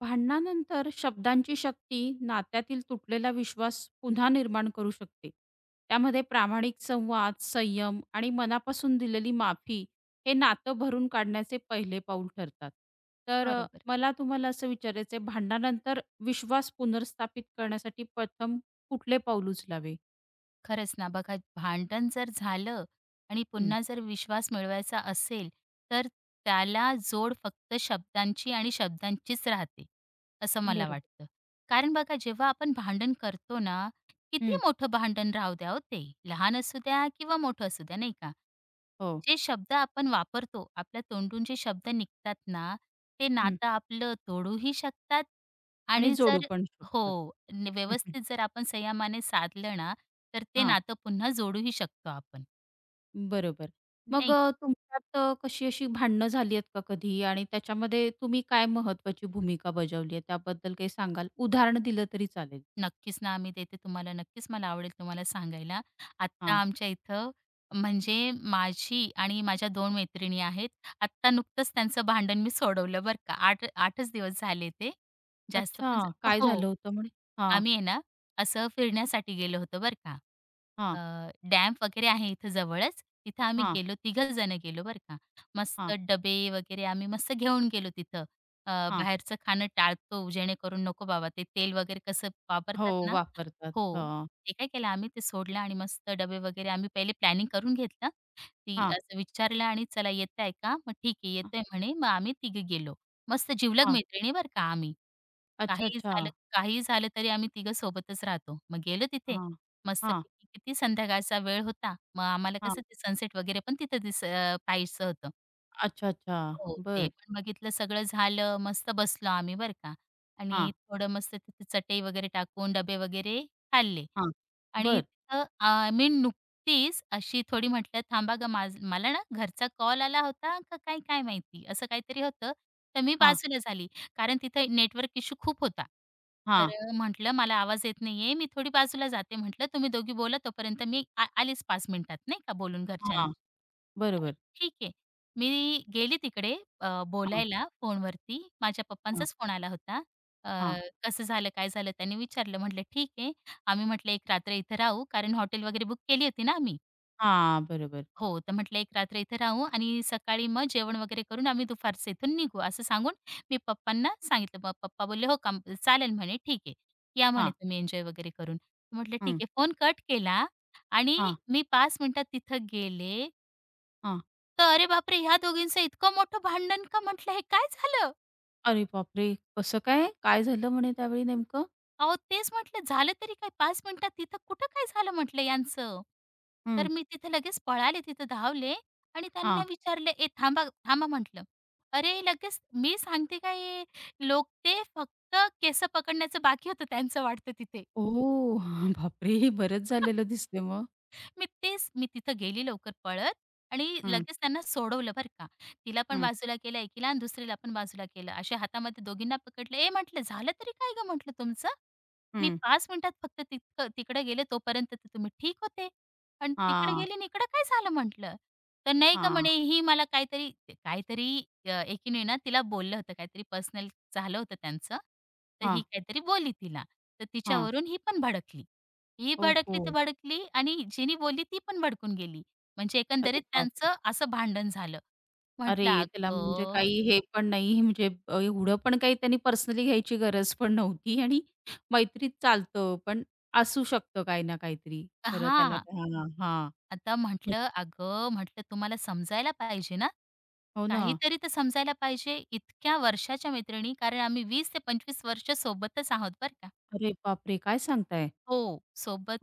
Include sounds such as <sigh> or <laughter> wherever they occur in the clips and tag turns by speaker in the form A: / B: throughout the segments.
A: भांडणानंतर शब्दांची शक्ती नात्यातील तुटलेला विश्वास पुन्हा निर्माण करू शकते. त्यामध्ये प्रामाणिक संवाद, संयम आणि मनापासून दिलेली माफी हे नातं भरून काढण्याचे पहिले पाऊल ठरतात. तर
B: बरोबर.
A: मला तुम्हाला असं विचारायचं आहे, भांडणानंतर विश्वास पुनर्स्थापित करण्यासाठी प्रथम कुठले पाऊल उचलावे?
B: खरंच ना, बघा भांडण जर झालं आणि
A: हं.
B: पुन्हा जर विश्वास मिळवायचा असेल, तर त्याला जोड फक्त शब्दांची आणि शब्दांचीच राहते, असं मला
A: बरोबर.
B: वाटतं. कारण बघा जेव्हा आपण भांडण करतो ना, किती
A: हं.
B: मोठं भांडण राहू द्या हो ते, लहान असू द्या किंवा मोठं असू द्या, नाही का?
A: हो.
B: जे शब्द आपण वापरतो, आपल्या तोंडून जे शब्द निघतात ना, ते
A: हं.
B: नातं आपलं तोडूही शकतात
A: आणि
B: आणि
A: जोडू
B: जर
A: पण शकतात.
B: हो. न
A: हं, हं.
B: व्यवस्थित जर आपण संयमाने साधलं ना, तर ते
A: हां.
B: नातं पुन्हा जोडूही शकतो आपण,
A: बरोबर. मग
B: नाही का?
A: तुमच्यात कशी अशी भांडणं झाली आहेत का कधी? आणि त्याच्यामध्ये तुम्ही काय महत्त्वाची भूमिका बजावली आहे? त्याबद्दल काही सांगाल? उदाहरण दिलं तरी चालेल.
B: नक्कीच ना, आम्ही देते तुम्हाला. नक्कीच मला आवडेल तुम्हाला सांगायला. आत्ता
A: हां.
B: आमच्या इथं म्हणजे माझी आणि माझ्या 2 मैत्रिणी आहेत. आत्ता नुकतंच त्यांचं भांडण मी सोडवलं बरं का. 8 8च दिवस झाले ते. जास्त पण
A: अच्छा, काय
B: हो.
A: झालं होतं म्हणे? हां,
B: आम्ही आहे ना, असं फिरण्यासाठी गेलो होतो बरं का.
A: हां,
B: डॅम वगैरे आहे इथं जवळच. तिथं आम्ही
A: हां,
B: गेलो, तिघं जणं गेलो बरं का.
A: हां,
B: मस्त डबे वगैरे आम्ही मस्त घेऊन गेलो तिथं. अ,
A: हां.
B: बाहेरचं खाणं टाळतो जेणेकरून नको बाबा ते तेल वगैरे कसं वापरतात
A: हो,
B: ना
A: वापरतात.
B: हो.
A: हां,
B: ते काय केलं आम्ही ते सोडलं आणि मस्त डबे वगैरे आम्ही पहिले प्लॅनिंग करून घेतलं. ती
A: हां,
B: असं विचारलं आणि "चला येताय का?" मग "ठीक आहे,
A: हां,
B: येतोय" म्हणे. मग आम्ही तिघे गेलो. मस्त जिवलग
A: हां.
B: मैत्रिणी बरं का आम्ही.
A: अच्छा,
B: काहीही
A: अच्छा.
B: झालं काहीही झालं तरी आम्ही तिघं सोबतच राहतो. मग गेलो तिथे
A: हां, हां,
B: मस्तपैकी किती संध्याकाळचा वेळ होता. मग आम्हाला
A: हां.
B: कसं ते सनसेट वगैरे पण तिथं पाहायचं होतं.
A: अच्छा, अच्छा.
B: हो, ते
A: बरं.
B: पण बघितलं सगळं झालं. मस्त बसलो आम्ही बरं का
A: हां,
B: आणि थोडं मस्त तिथे चटई वगैरे टाकून डबे वगैरे खाल्ले.
A: हां.
B: आणि
A: बरं.
B: तिथं मी नुकतीच अशी थोडी म्हटलं, "थांबा गं, मला ना घरचा कॉल आला होता का काय, काय माहिती?" असं काहीतरी होतं. तर मी
A: हां,
B: बाजूला झाली, कारण तिथे नेटवर्क इश्यू खूप होता. तर
A: हां,
B: म्हटलं, "मला आवाज येत नाहीये, मी थोडी बाजूला जाते." म्हटलं, "तुम्ही दोघी बोला, तोपर्यंत मी आलीच 5 मिनिटात, नाही का, बोलून घरच्यांशी."
A: हां.
B: तर
A: बरोबर.
B: ठीक आहे. मी गेली तिकडे
A: हां,
B: बोलायला फोनवरती. माझ्या
A: हां,
B: पप्पांचाच फोन आला होता. अ,
A: हां.
B: "कसं झालं, काय झालं?" त्यांनी विचारलं. म्हटलं, "ठीक आहे." आम्ही म्हटलं एक रात्र इथं राहू, कारण हॉटेल वगैरे बुक केली होती ना आम्ही.
A: हां, बरोबर.
B: हो, तर म्हटलं एक रात्र इथं राहू आणि सकाळी मग जेवण वगैरे करून आम्ही दुपारचं इथून निघू, असं सांगून मी पप्पांना सांगितलं. मग पप्पा बोलले, "हो का? चालेल," म्हणे, "ठीक आहे. या," म्हणे,
A: हां,
B: "तुम्ही एन्जॉय वगैरे करून." म्हटलं, "ठीक
A: हं.
B: आहे." फोन कट केला आणि
A: हां,
B: मी 5 मिनिटात तिथं गेले,
A: हां.
B: तर अरे बापरे! ह्या दोघींचं इतकं मोठं भांडण का? म्हटलं, "हे काय झालं?"
A: अरे बापरे! कसं काय? काय झालं म्हणे त्यावेळी नेमकं?
B: अहो, तेच म्हटलं झालं तरी काय 5 मिनिटात तिथं कुठं काय झालं म्हटलं यांचं.
A: हं.
B: तर मी तिथे लगेच पळाले, तिथं धावले आणि त्यांना
A: हां.
B: विचारले, "ए थांबा, थांबा" म्हटलं. अरे लगेच मी सांगते का लोक ते फक्त केसं पकडण्याचं बाकी होतं त्यांचं वाटतं तिथे.
A: ओह! <laughs> बापरे! बरंच झालेलं
B: <laughs>
A: दिसतंय मग.
B: मी तिथं गेली लवकर पळत आणि
A: हं,
B: लगेच त्यांना सोडवलं बरं का. तिला पण
A: हं,
B: बाजूला केलं एकीला आणि दुसरीला पण बाजूला केलं. असे हातामध्ये दोघींना पकडलं. "ए," म्हटलं, "झालं तरी काय गं?" म्हटलं, "तुमचं?" मी
A: हं.
B: 5 मिनिटात फक्त तितकं तिकडे गेले तोपर्यंत तर तुम्ही ठीक होते. पण तिकडे
A: हां,
B: गेले आणि इकडे काय झालं म्हटलं? तर नाही का
A: हां,
B: म्हणे ही मला काहीतरी काहीतरी एकीने ना तिला बोललं होतं काहीतरी पर्सनल झालं होतं त्यांचं. तर
A: हां,
B: ही काहीतरी बोलली तिला. तर
A: हां.
B: तिच्यावरून ही पण भडकली. ही
A: ओहो!
B: भडकली तर भडकली आणि जिनी बोलली ती पण भडकून गेली. म्हणजे
A: अरे
B: एकंदरीत
A: बापरे!
B: त्यांचं असं भांडण झालं. म्हटलं
A: अरे त्याला म्हणजे
B: अगं
A: काही हे पण नाही म्हणजे एवढं पण काही त्यांनी पर्सनली घ्यायची गरज पण नव्हती आणि मैत्रीत चालतं, पण असू शकतं काही ना काहीतरी. खरं त्याला
B: हां.
A: हां, हां.
B: आता म्हटलं, "अगं," म्हटलं, "तुम्हाला समजायला पाहिजे ना.
A: हो ना.
B: काहीतरी तर समजायला पाहिजे." इतक्या वर्षाच्या मैत्रिणी, कारण आम्ही 20 ते 25 वर्ष सोबतच आहोत बरं का.
A: अरे बापरे! काय सांगताय?
B: हो,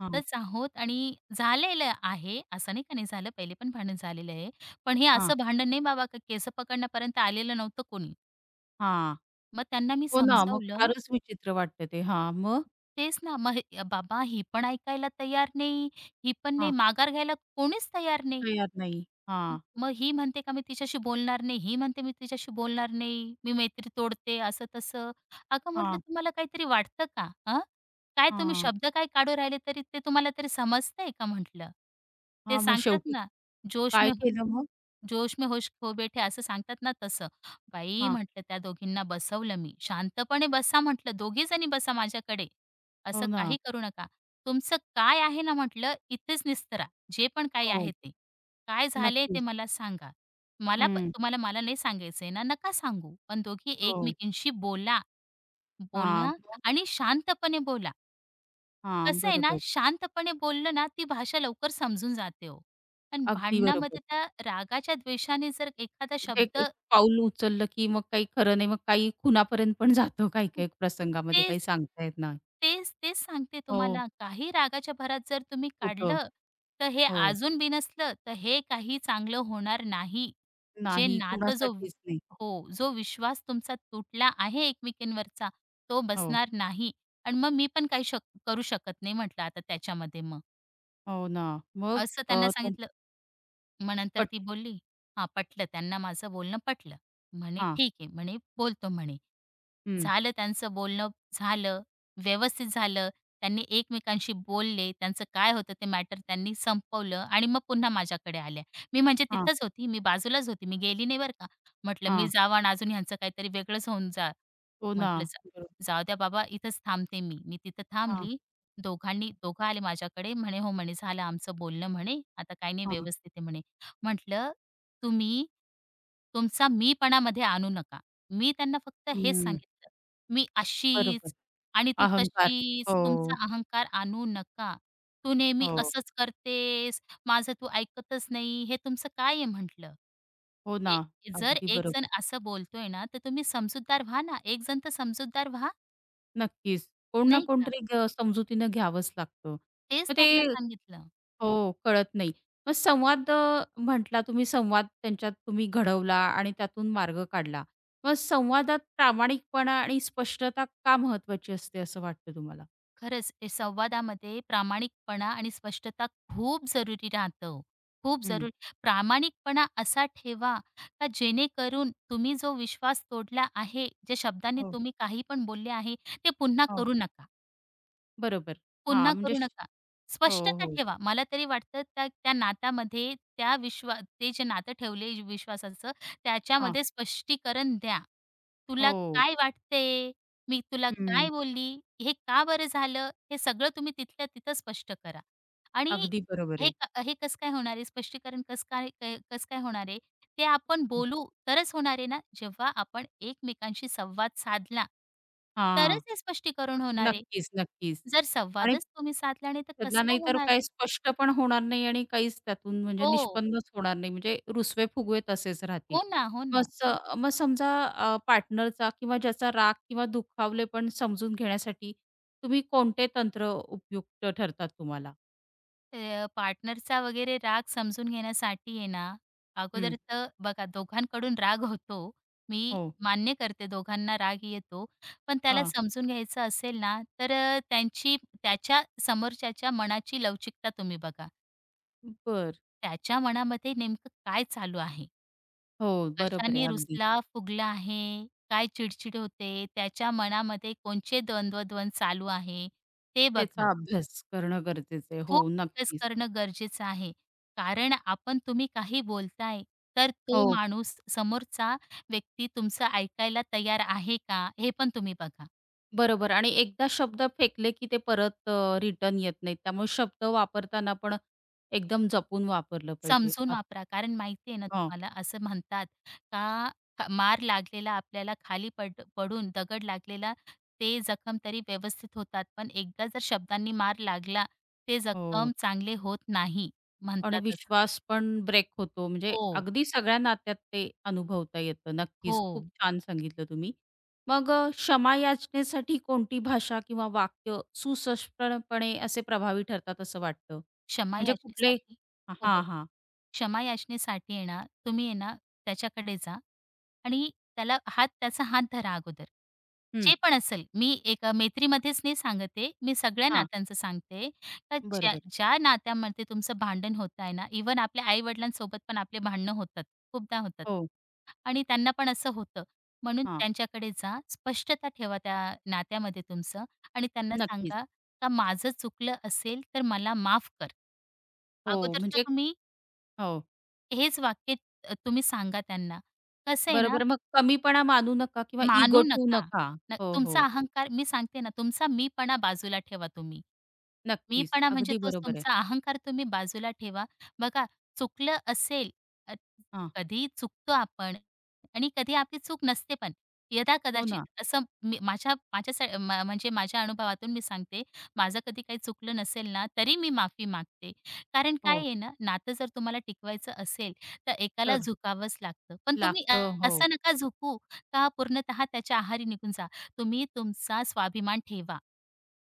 A: हां,
B: आहोत आणि झालेलं आहे. असं नाही का नाही झालं, पहिले पण भांडण झालेलं आहे. पण हे
A: हां,
B: असं भांडण नाही बाबा का केस पकडण्यापर्यंत आलेलं नव्हतं कोणी.
A: हां.
B: मग त्यांना मी
A: हो ना, मग
B: समजावलं.
A: फारच विचित्र वाटतं ते. हां, मग?
B: तेच ना, मग हे बाबा ही पण ऐकायला तयार नाही, ही पण नाही,
A: हां,
B: माघार घ्यायला कोणीच तयार नाही.
A: तयार नाही. हां,
B: मग ही म्हणते का मी तिच्याशी बोलणार नाही, ही म्हणते मी तिच्याशी बोलणार नाही, मी मैत्री तोडते असं-तसं. अगं म्हटलं
A: हां,
B: तुम्हाला काहीतरी वाटतं का? काय तुम्ही
A: हां,
B: शब्द काय काढू राहिले तरी ते तुम्हाला तरी समजतंय का म्हटलं? ते
A: हां, मग
B: सांगतात
A: शेवटी
B: ना, जोश
A: काय
B: में
A: केलं मग?
B: जोश में होश खो बैठे असं सांगतात ना तसं. बाई
A: हां,
B: म्हटलं त्या दोघींना बसवलं मी. शांतपणे बसा म्हटलं, दोघी जणी बसा माझ्याकडे.
A: हो
B: असं
A: ना.
B: काही करू नका. तुमचं काय आहे ना म्हटलं इथेच निस्तरा. जे पण काही
A: हो,
B: आहे ते. काय झाले ते
A: नक्कीच.
B: मला सांगा. मला प
A: हं,
B: तुम्हाला मला नाही सांगायचंय ना, नका सांगू. पण दोघी
A: हो.
B: एकमेकींशी बोला.
A: हां,
B: बोला
A: मग?
B: आणि शांतपणे बोला.
A: हां,
B: कसं आहे ना,
A: बरोबर.
B: शांतपणे बोललं ना, ती भाषा लवकर समजून जाते हो. पण
A: अगदी बरोबर.
B: भांडणामध्ये त्या रागाच्या द्वेषाने जर एखादा
A: म्हणजे एक
B: शब्द
A: एक पाऊल उचललं, की मग काही खरं नाही, मग काही खुनापर्यंत पण जातो
B: हं,
A: काही-काही प्रसंगामध्ये, काही
B: तेच
A: सांगता येत नाही.
B: तेच, तेच सांगते
A: हो,
B: तुम्हाला. काही रागाच्या भरात जर तुम्ही
A: होतं.
B: काढलं, तर हे
A: हो,
B: अजून बिनसलं, तर हे काही चांगलं होणार नाही. जे
A: नाही,
B: नातं जो
A: कुणासाठीच नाही.
B: हो, जो विश्वास तुमचा तुटला आहे एकमेकींवरचा, तो
A: हो,
B: बसणार नाही. आणि मग मी पण काही करू शकत नाही म्हटलं आता त्याच्यामध्ये मग.
A: हो ना. मग
B: असं
A: अ,
B: त्यांना
A: त्यां-
B: सांगितलं मग नंतर
A: पट
B: ती बोलली, "हां, पटलं त्यांना माझं बोलणं पटलं." म्हणे,
A: हां,
B: "ठीक आहे." म्हणे, "बोलतो." म्हणे.
A: हं,
B: झालं त्यांचं बोलणं झालं, व्यवस्थित झालं. त्यांनी एकमेकांशी बोलले. त्यांचं काय होतं ते मॅटर त्यांनी संपवलं आणि मग पुन्हा माझ्याकडे आल्या. मी म्हणजे
A: हां,
B: तिथंच होती, मी बाजूलाच होती, मी गेली नाही बरं का. म्हटलं, "मी
A: हां,
B: जावं आणि अजून ह्यांचं काहीतरी वेगळंच होऊन जा
A: हो ना.
B: म्हटलं जा जाऊ द्या बाबा इथंच थांबते मी. मी तिथं
A: हां,
B: थांबली. दोघांनी दोघं आले माझ्याकडे म्हणे, "हो," म्हणे, "झालं आमचं बोलणं," म्हणे, "आता काही नाही
A: हां.
B: व्यवस्थित आहे," म्हणे. म्हटलं, "तुम्ही तुमचा मीपणामध्ये आणू नका." मी त्यांना फक्त हेच
A: हं,
B: सांगितलं, "मी
A: बरोबर.
B: अशीच आणि तू
A: अहंकार.
B: तशीच,
A: हो,
B: तुमचा अहंकार आणू नका. तू नेहमी
A: हो.
B: असंच करतेस, माझं तू ऐकतच नाही, हे तुमचं काय आहे?" म्हटलं.
A: हो ना,
B: ए जर
A: अगदी
B: एक जण
A: बरोबर.
B: असं बोलतोय ना, तर तुम्ही समजूतदार व्हा ना. एक जण तर समजूतदार व्हा,
A: नक्कीच. कोण ना
B: नाही का?
A: कोणतरी ग समजुतीनं घ्यावंच लागतं.
B: तेच
A: तर ते
B: त्यांना सांगितलं.
A: हो, कळत नाही. मग संवाद म्हटला तुम्ही संवाद त्यांच्यात तुम्ही घडवला आणि त्यातून मार्ग काढला. मग संवादात प्रामाणिकपणा आणि स्पष्टता का महत्वाची असते असं वाटतं तुम्हाला?
B: खरंच ए संवादामध्ये प्रामाणिकपणा आणि स्पष्टता खूप जरुरी राहतं ओ. खूप
A: हं.
B: जरुरी प्रामाणिकपणा असा ठेवा, का जेणेकरून तुम्ही जो विश्वास तोडला आहे, ज्या शब्दांनी
A: हो,
B: तुम्ही काही पण बोलले आहे, ते पुन्हा
A: हो.
B: करू नका.
A: बरोबर. हां,
B: पुन्हा
A: म्हणजे
B: करू नका.
A: हो,
B: स्पष्टता
A: हो.
B: ठेवा. मला तरी वाटतं त्या त्या नात्यामध्ये त्या ते जे नातं ठेवले विश्वासाचं
A: हां.
B: त्याच्यामध्ये स्पष्टीकरण द्या. तुला
A: हो.
B: काय वाटते? मी तुला
A: हं.
B: काय बोलली? हे का बरं झालं? हे सगळं तुम्ही तिथल्या तिथं स्पष्ट करा. आणि
A: अगदी बरोबर आहे.
B: हे कसं काय होणार आहे? स्पष्टीकरण कसं काय होणार आहे? ते आपण बोलू तरच होणार आहे ना. जेव्हा आपण एकमेकांशी संवाद साधला, तरच
A: हां.
B: हे स्पष्टीकरण होणार आहे.
A: नक्कीच, नक्कीच.
B: जर
A: आणि
B: संवादच तुम्ही साधला नाही, तर कसं
A: बदला नाही
B: काय
A: तर
B: होणार
A: काही
B: आहे?
A: स्पष्ट पण होणार नाही आणि काहीच त्यातून म्हणजे
B: हो.
A: निष्पन्नच होणार नाही. म्हणजे रुसवे-फुगवे तसेच राहतील.
B: हो ना, हो
A: मग
B: ना.
A: स मग समजा पार्टनरचा किंवा ज्याचा राग किंवा दुखावलेपण समजून घेण्यासाठी तुम्ही कोणते तंत्र उपयुक्त ठरतात तुम्हाला?
B: पार्टनरचा वगैरे राग समजून घेण्यासाठी आहे ना,
A: हं.
B: अगोदर तर बघा दोघांकडून राग होतो. मी
A: हो.
B: मान्य करते दोघांना राग येतो. पण त्याला
A: हां.
B: समजून घ्यायचं असेल ना, तर त्याच्या समोरच्याच्या मनाची लवचिकता तुम्ही बघा.
A: बरं.
B: त्याच्या मनामध्ये नेमकं काय चालू आहे?
A: हो, बरोबर
B: कशाने
A: आहे अगदी.
B: रुसला, फुगला आहे, काय चिडचिड होते, त्याच्या मनामध्ये कोणचे द्वंद्वद्वंद चालू आहे, ते
A: त्याचा
B: बघा.
A: अभ्यास करणं गरजेचं आहे.
B: खूप
A: हो,
B: अभ्यास
A: नक्कीच.
B: करणं गरजेचं आहे. कारण आपण तुम्ही काही बोलताय, तर तो
A: हो.
B: माणूस समोरचा व्यक्ती तुमचं ऐकायला तयार आहे का, हे पण तुम्ही बघा.
A: बरोबर आणि एकदा शब्द फेकले की ते परत रिटर्न येत नाहीत. त्यामुळे शब्द वापरताना पण एकदम जपून वापरलं पाहिजे.
B: समजून वापरा. कारण माहिती आहे ना
A: हां,
B: तुम्हाला, असं म्हणतात का मार लागलेला आपल्याला खाली पडून दगड लागलेला, ते जखम तरी व्यवस्थित होतात. पण एकदा जर शब्दांनी मार लागला, ते
A: हो.
B: जखम चांगले होत नाही
A: आणि
B: म्हणतात असं.
A: विश्वास पण ब्रेक होतो. म्हणजे
B: हो,
A: अगदी सगळ्या नात्यात ते अनुभवता येतं. नक्कीच,
B: हो.
A: खूप छान सांगितलं तुम्ही. मग क्षमा याचनेसाठी कोणती भाषा किंवा वाक्य सुस्पष्टपणे असे प्रभावी ठरतात असं वाटतं?
B: क्षमा
A: म्हणजे
B: याचनेसाठी हो,
A: हां,
B: हो.
A: हां.
B: क्षमा याचनेसाठी आहे ना, तुम्ही आहे ना, त्याच्याकडे जा आणि त्याला हात त्याचा हात धरा अगोदर.
A: हं.
B: जे पण असेल, मी एक मैत्रीमध्येच नाही सांगत आहे, मी सगळ्या
A: हां,
B: नात्यांचं सांगते, का ज्या
A: बरोबर.
B: ज्या नात्यामध्ये तुमचं भांडण होत आहे ना, इवन आपल्या आई-वडिलांसोबत पण आपले भांडणं होतात, खूपदा होतात
A: हो,
B: आणि त्यांना पण असं होतं. म्हणून
A: हां.
B: त्यांच्याकडे जा, स्पष्टता ठेवा त्या नात्यामध्ये तुमचं आणि त्यांना
A: नक्कीच.
B: सांगा, का माझं चुकलं असेल तर मला माफ कर.
A: हो,
B: अगोदर तर
A: म्हणजे
B: तुम्ही
A: हो.
B: हेच वाक्य तुम्ही सांगा त्यांना. कसं आहे ना,
A: बरोबर. मग कमीपणा मानू नका किंवा इगो
B: मानू
A: ठेवू
B: नका.
A: नका.
B: न
A: हो,
B: तुमचा
A: हो.
B: अहंकार मी सांगते ना, तुमचा मीपणा बाजूला ठेवा तुम्ही.
A: नक्कीच.
B: मीपणा म्हणजे
A: अगदी
B: तोच
A: बरोबर आहे.
B: तुमचा अहंकार तुम्ही बाजूला ठेवा. बघा चुकलं असेल, अ,
A: हां.
B: कधी चुकतो आपण आणि कधी आपली चूक नसते पण.
A: हो
B: यदा-कदाचित
A: ना.
B: असं मी माझ्या माझ्या सा- म म्हणजे माझ्या अनुभवातून मी सांगते. माझं कधी काही चुकलं नसेल ना, तरी मी माफी मागते. कारण काय
A: हो.
B: आहे ना, नातं जर तुम्हाला टिकवायचं असेल, तर एकाला
A: तर
B: झुकावंच लागतं. पण तुम्ही
A: लागतं. हो.
B: असं नका झुकू का पूर्णतः त्याच्या आहारी निघून जा. तुम्ही तुमचा स्वाभिमान ठेवा.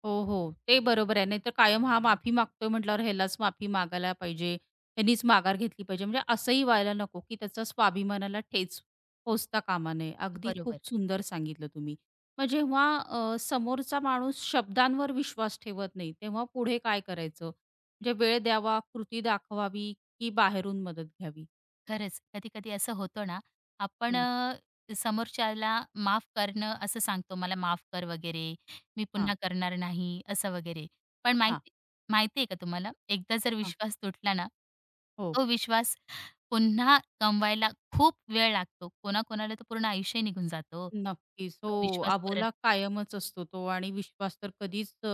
A: हो, हो. ते बरोबर आहे. नाही तर कायम हा माफी मागतोय म्हटल्यावर ह्यालाच माफी मागायला पाहिजे. ह्यानीच माघार घेतली पाहिजे. म्हणजे असंही व्हायला नको, की त्याचा स्वाभिमानाला ठेच पोहोचता कामा नये. अगदी खूप
B: बरोबर.
A: सुंदर सांगितलं तुम्ही. मग जेव्हा समोरचा माणूस शब्दांवर विश्वास ठेवत नाही, तेव्हा पुढे काय करायचं? म्हणजे वेळ द्यावा, कृती दाखवावी, की बाहेरून मदत घ्यावी?
B: खरंच कधी-कधी असं होतं ना, आपण
A: हं.
B: समोरच्याला माफ करणं असं सांगतो, "मला माफ कर" वगैरे, "मी
A: हां,
B: पुन्हा करणार नाही" असं वगैरे. पण
A: हां,
B: माहिती माहिती आहे का तुम्हाला, एकदा जर
A: हां.
B: विश्वास तुटला ना,
A: हो.
B: तो विश्वास पुन्हा कमवायला खूप वेळ लागतो. कोणाकोणाला तर पूर्ण आयुष्य निघून जातं हो,
A: नक्कीच. हो,
B: तो विश्वास परत
A: अबोला कायमच असतो तो आणि विश्वास तर कधीच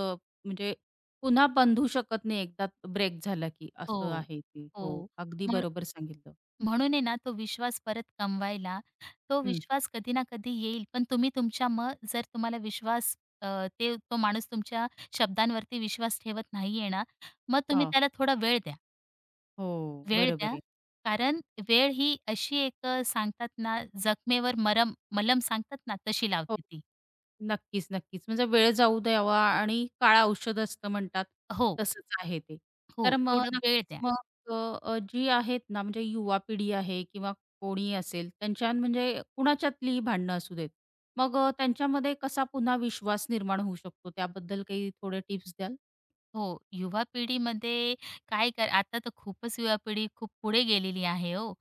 A: म्हणजे पुन्हा बांधू शकत नाही एकदा ब्रेक झाला की, असं
B: हो,
A: आहे ते. हो,
B: हो.
A: अगदी
B: म्हणून
A: बरोबर सांगितलं.
B: म्हणून आहे ना तो विश्वास परत कमवायला, तो
A: हं.
B: विश्वास कधी ना कधी येईल. पण तुम्ही तुमच्या मग जर तुम्हाला विश्वास अ, ते तो माणूस तुमच्या शब्दांवरती विश्वास ठेवत नाहीये ना, मग तुम्ही
A: हां,
B: त्याला थोडा वेळ द्या.
A: हो,
B: वेळ
A: बरोबर
B: द्या.
A: आहे.
B: कारण वेळ ही अशी एक सांगतात ना जखमेवर मलम सांगतात ना, तशी
A: हो.
B: लावते ती.
A: नक्कीच, नक्कीच. म्हणजे वेळ जाऊ द्यावा आणि काळ औषध असतं म्हणतात,
B: हो,
A: तसंच आहे ते.
B: हो.
A: तर मग
B: थोडं वेळ
A: नक्कीच
B: द्या.
A: मग अ, अ, जी आहेत ना, म्हणजे युवा पिढी आहे किंवा कोणी असेल, त्यांच्या म्हणजे कुणाच्यातलीही भांडणं असू देत. मग त्यांच्यामध्ये कसा पुन्हा विश्वास निर्माण होऊ शकतो, त्याबद्दल काही थोडे टिप्स द्याल?
B: हो, युवा पिढीमध्ये काय कर आता तर खूपच युवा पिढी खूप पुढे गेलेली आहे हो.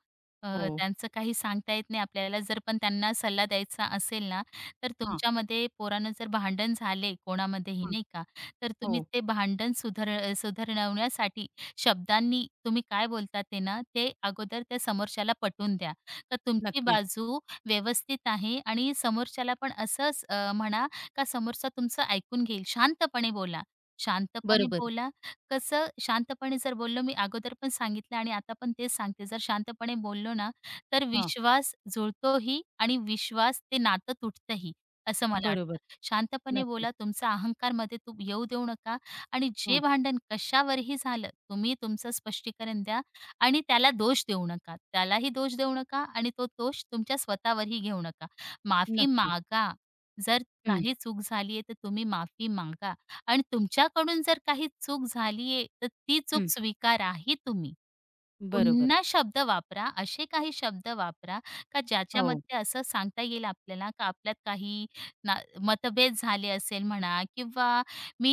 A: हो.
B: त्यांचं काही सांगता येत नाही आपल्याला. जर पण त्यांना सल्ला द्यायचा असेल ना, तर
A: हां,
B: तुमच्यामध्ये पोरानं जर भांडण झाले कोणामध्येही
A: हां.
B: नाही का, तर तुम्ही
A: हो,
B: ते भांडण सुधारवण्यासाठी शब्दांनी तुम्ही काय बोलता ते ना, ते अगोदर त्या समोरच्याला पटवून द्या. का तुमची
A: नक्कीच.
B: बाजू व्यवस्थित आहे आणि समोरच्याला पण असंच म्हणा का समोरचा तुमचं ऐकून घेईल. शांतपणे बोला. शांतपणे
A: बरोबर.
B: बोला. कसं शांतपणे जर बोललो मी अगोदर पण सांगितलं आणि आता पण तेच सांगते. जर शांतपणे बोललो ना, तर
A: हां,
B: विश्वास जुळतोही आणि विश्वास ते नातं तुटतंही, असं मला
A: बरोबर.
B: वाटतं. शांतपणे बोला,
A: नक्कीच.
B: तुमचा अहंकारमध्ये तू येऊ देऊ नका आणि जे
A: हां,
B: भांडण कशावरही झालं, तुम्ही तुमचं स्पष्टीकरण द्या आणि त्याला दोष देऊ नका. त्यालाही दोष देऊ नका आणि तो दोष तुमच्या स्वतःवरही घेऊ नका. माफी
A: नक्कीच.
B: मागा. जर
A: हं,
B: काही चूक झाली आहे, तर तुम्ही माफी मागा. आणि तुमच्याकडून जर काही चूक झालीये, तर ती चूक
A: हं.
B: स्वीकारा ही तुम्ही.
A: बरोबर.
B: पुन्हा शब्द वापरा, असे काही शब्द वापरा का
A: हो.
B: ज्याच्यामध्ये असं सांगता येईल आपल्याला का आपल्यात काही ना मतभेद झाले असेल म्हणा किंवा मी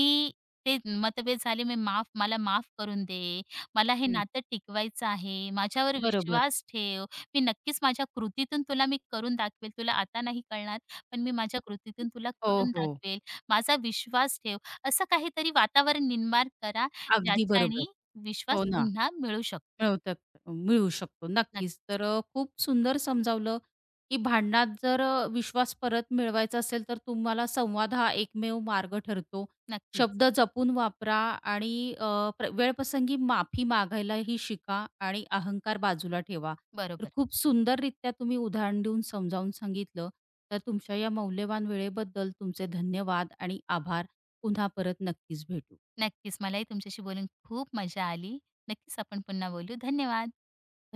B: ते मतभेद झाले मी मला माफ करून दे. मला हे
A: हं.
B: नातं टिकवायचं आहे. माझ्यावर
A: बरोबर.
B: विश्वास ठेव. मी नक्कीच माझ्या कृतीतून तुला मी करून दाखवेल. तुला आता नाही कळणार, पण मी माझ्या कृतीतून तुला
A: हो,
B: करून
A: हो.
B: दाखवेल. माझा विश्वास ठेव. असं काहीतरी वातावरण निर्माण करा
A: अगदी बरोबर.
B: ज्याच्याने
A: हो
B: विश्वास
A: ना,
B: पुन्हा मिळू शकतो.
A: मिळवतात मिळू शकतो नक्कीच. तर खूप सुंदर समजावलं, की भांडणात जर विश्वास परत मिळवायचा असेल तर तुम्हाला संवाद हा एकमेव मार्ग ठरतो.
B: नक्कीच.
A: शब्द जपून वापरा आणि वेळप्रसंगी माफी मागायलाही शिका आणि अहंकार बाजूला ठेवा. तर
B: बरोबर.
A: खूप सुंदररित्या तुम्ही उदाहरण देऊन समजावून सांगितलं. तर तुमच्या या मौल्यवान वेळेबद्दल तुमचे धन्यवाद आणि आभार. पुन्हा परत नक्कीच भेटू.
B: नक्कीच. मलाही तुमच्याशी बोलून खूप मजा आली. नक्कीच आपण पुन्हा बोलू. धन्यवाद.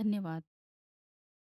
A: धन्यवाद.